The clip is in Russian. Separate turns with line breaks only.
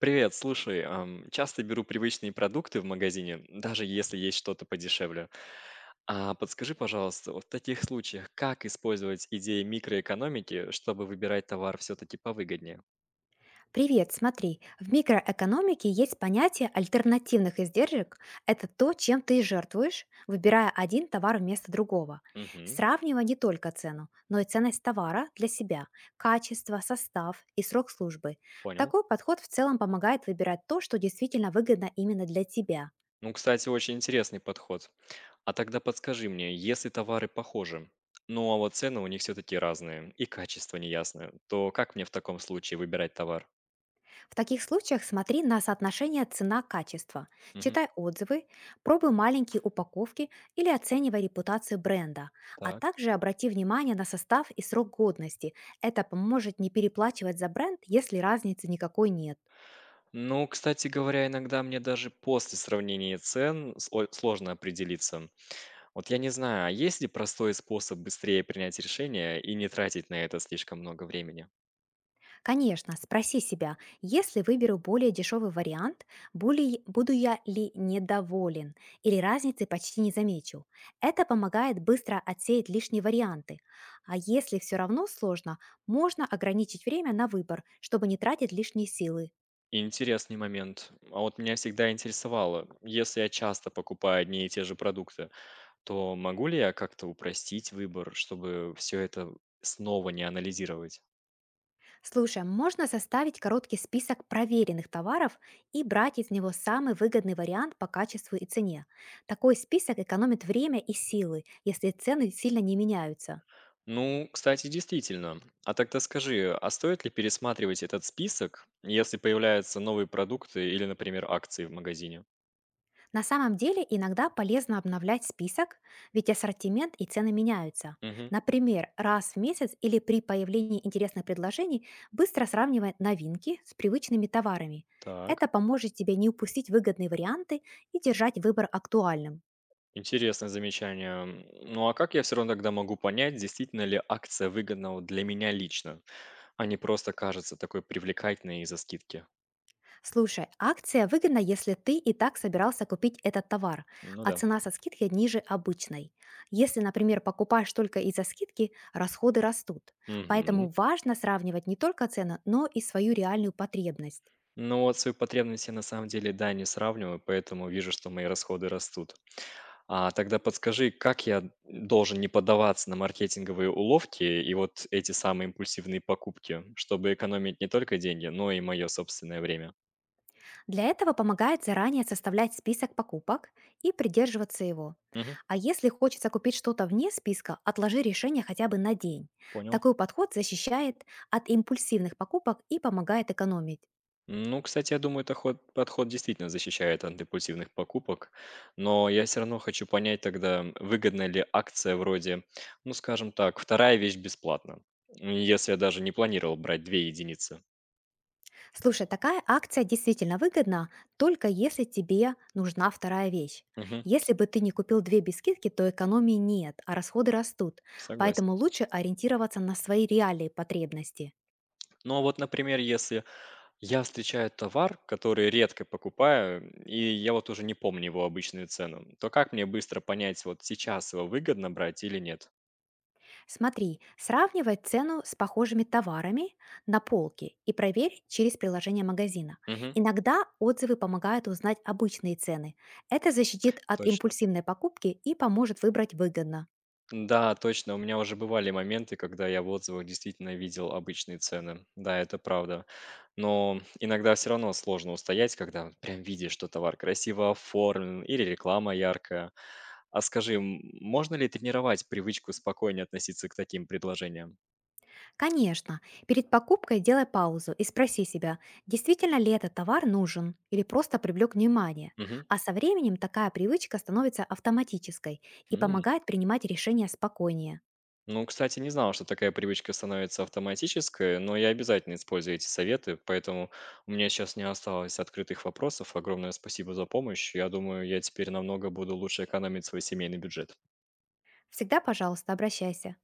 Привет, слушай, часто беру привычные продукты в магазине, даже если есть что-то подешевле. А подскажи, пожалуйста, вот в таких случаях, как использовать идеи микроэкономики, чтобы выбирать товар все-таки повыгоднее?
Привет, смотри, в микроэкономике есть понятие альтернативных издержек. Это то, чем ты жертвуешь, выбирая один товар вместо другого.
Угу,
Сравнивай не только цену, но и ценность товара для себя, качество, состав и срок службы.
понял.
Такой подход в целом помогает выбирать то, что действительно выгодно именно для тебя.
Ну, кстати, очень интересный подход. А тогда подскажи мне, если товары похожи, ну а вот цены у них все-таки разные и качество неясное, то как мне в таком случае выбирать товар?
В таких случаях смотри на соотношение цена-качество,
Угу,
читай отзывы, пробуй маленькие упаковки или оценивай репутацию бренда, а
так.
также обрати внимание на состав и срок годности. Это поможет не переплачивать за бренд, если разницы никакой нет.
Ну, кстати говоря, иногда мне даже после сравнения цен сложно определиться. Вот я не знаю, а есть ли простой способ быстрее принять решение и не тратить на это слишком много времени?
Конечно, спроси себя, если выберу более дешевый вариант, буду я ли недоволен или разницы почти не замечу. Это помогает быстро отсеять лишние варианты. А если все равно сложно, можно ограничить время на выбор, чтобы не тратить лишние силы.
Интересный момент. А вот меня всегда интересовало, если я часто покупаю одни и те же продукты, то могу ли я как-то упростить выбор, чтобы все это снова не анализировать?
Слушай, а можно составить короткий список проверенных товаров и брать из него самый выгодный вариант по качеству и цене. Такой список экономит время и силы, если цены сильно не меняются.
Ну, кстати, действительно. А тогда скажи, а стоит ли пересматривать этот список, если появляются новые продукты или, например, акции в магазине?
На самом деле иногда полезно обновлять список, ведь ассортимент и цены меняются.
Мгм.
Например, раз в месяц или при появлении интересных предложений быстро сравнивай новинки с привычными товарами.
Так,
Это поможет тебе не упустить выгодные варианты и держать выбор актуальным.
интересное замечание. Ну а как я все равно тогда могу понять, действительно ли акция выгодна вот для меня лично, а не просто кажется такой привлекательной из-за скидки?
Слушай, акция выгодна, если ты и так собирался купить этот товар,
Ну
а
да.
цена со скидки ниже обычной. Если, например, покупаешь только из-за скидки, расходы растут.
Мгм.
Поэтому важно сравнивать не только цену, но и свою реальную потребность.
Ну вот свои потребности на самом деле, да, не сравниваю, поэтому вижу, что мои расходы растут. А тогда подскажи, как я должен не поддаваться на маркетинговые уловки и вот эти самые импульсивные покупки, чтобы экономить не только деньги, но и мое собственное время?
Для этого помогает заранее составлять список покупок и придерживаться его.
Мгм,
А если хочется купить что-то вне списка, отложи решение хотя бы на день.
понял.
Такой подход защищает от импульсивных покупок и помогает экономить.
Ну, кстати, я думаю, это ход, подход действительно защищает от импульсивных покупок, но я все равно хочу понять тогда, выгодна ли акция вроде, ну, скажем так, вторая вещь бесплатно, если я даже не планировал брать две единицы.
Слушай, такая акция действительно выгодна, только если тебе нужна вторая вещь.
Мгм,
Если бы ты не купил две без скидки, то экономии нет, а расходы растут.
согласен.
Поэтому лучше ориентироваться на свои реальные потребности.
Ну, а вот, например, если я встречаю товар, который редко покупаю, и я вот уже не помню его обычную цену. То как мне быстро понять, вот сейчас его выгодно брать или нет?
Смотри, сравнивай цену с похожими товарами на полке и проверь через приложение магазина.
Мгм.
Иногда отзывы помогают узнать обычные цены. Это защитит от
Точно.
импульсивной покупки и поможет выбрать выгодно.
Да, точно. У меня уже бывали моменты, когда я в отзывах действительно видел обычные цены. Да, это правда. Но иногда все равно сложно устоять, когда вот прям видишь, что товар красиво оформлен или реклама яркая. А скажи, можно ли тренировать привычку спокойнее относиться к таким предложениям?
Конечно, перед покупкой делай паузу и спроси себя, действительно ли этот товар нужен или просто привлек внимание.
Мгм.
А со временем такая привычка становится автоматической и
М.
помогает принимать решения спокойнее.
Ну, кстати, не знал, что такая привычка становится автоматической, но я обязательно использую эти советы, поэтому у меня сейчас не осталось открытых вопросов. Огромное спасибо за помощь. Я думаю, я теперь намного буду лучше экономить свой семейный бюджет.
Всегда, пожалуйста, обращайся.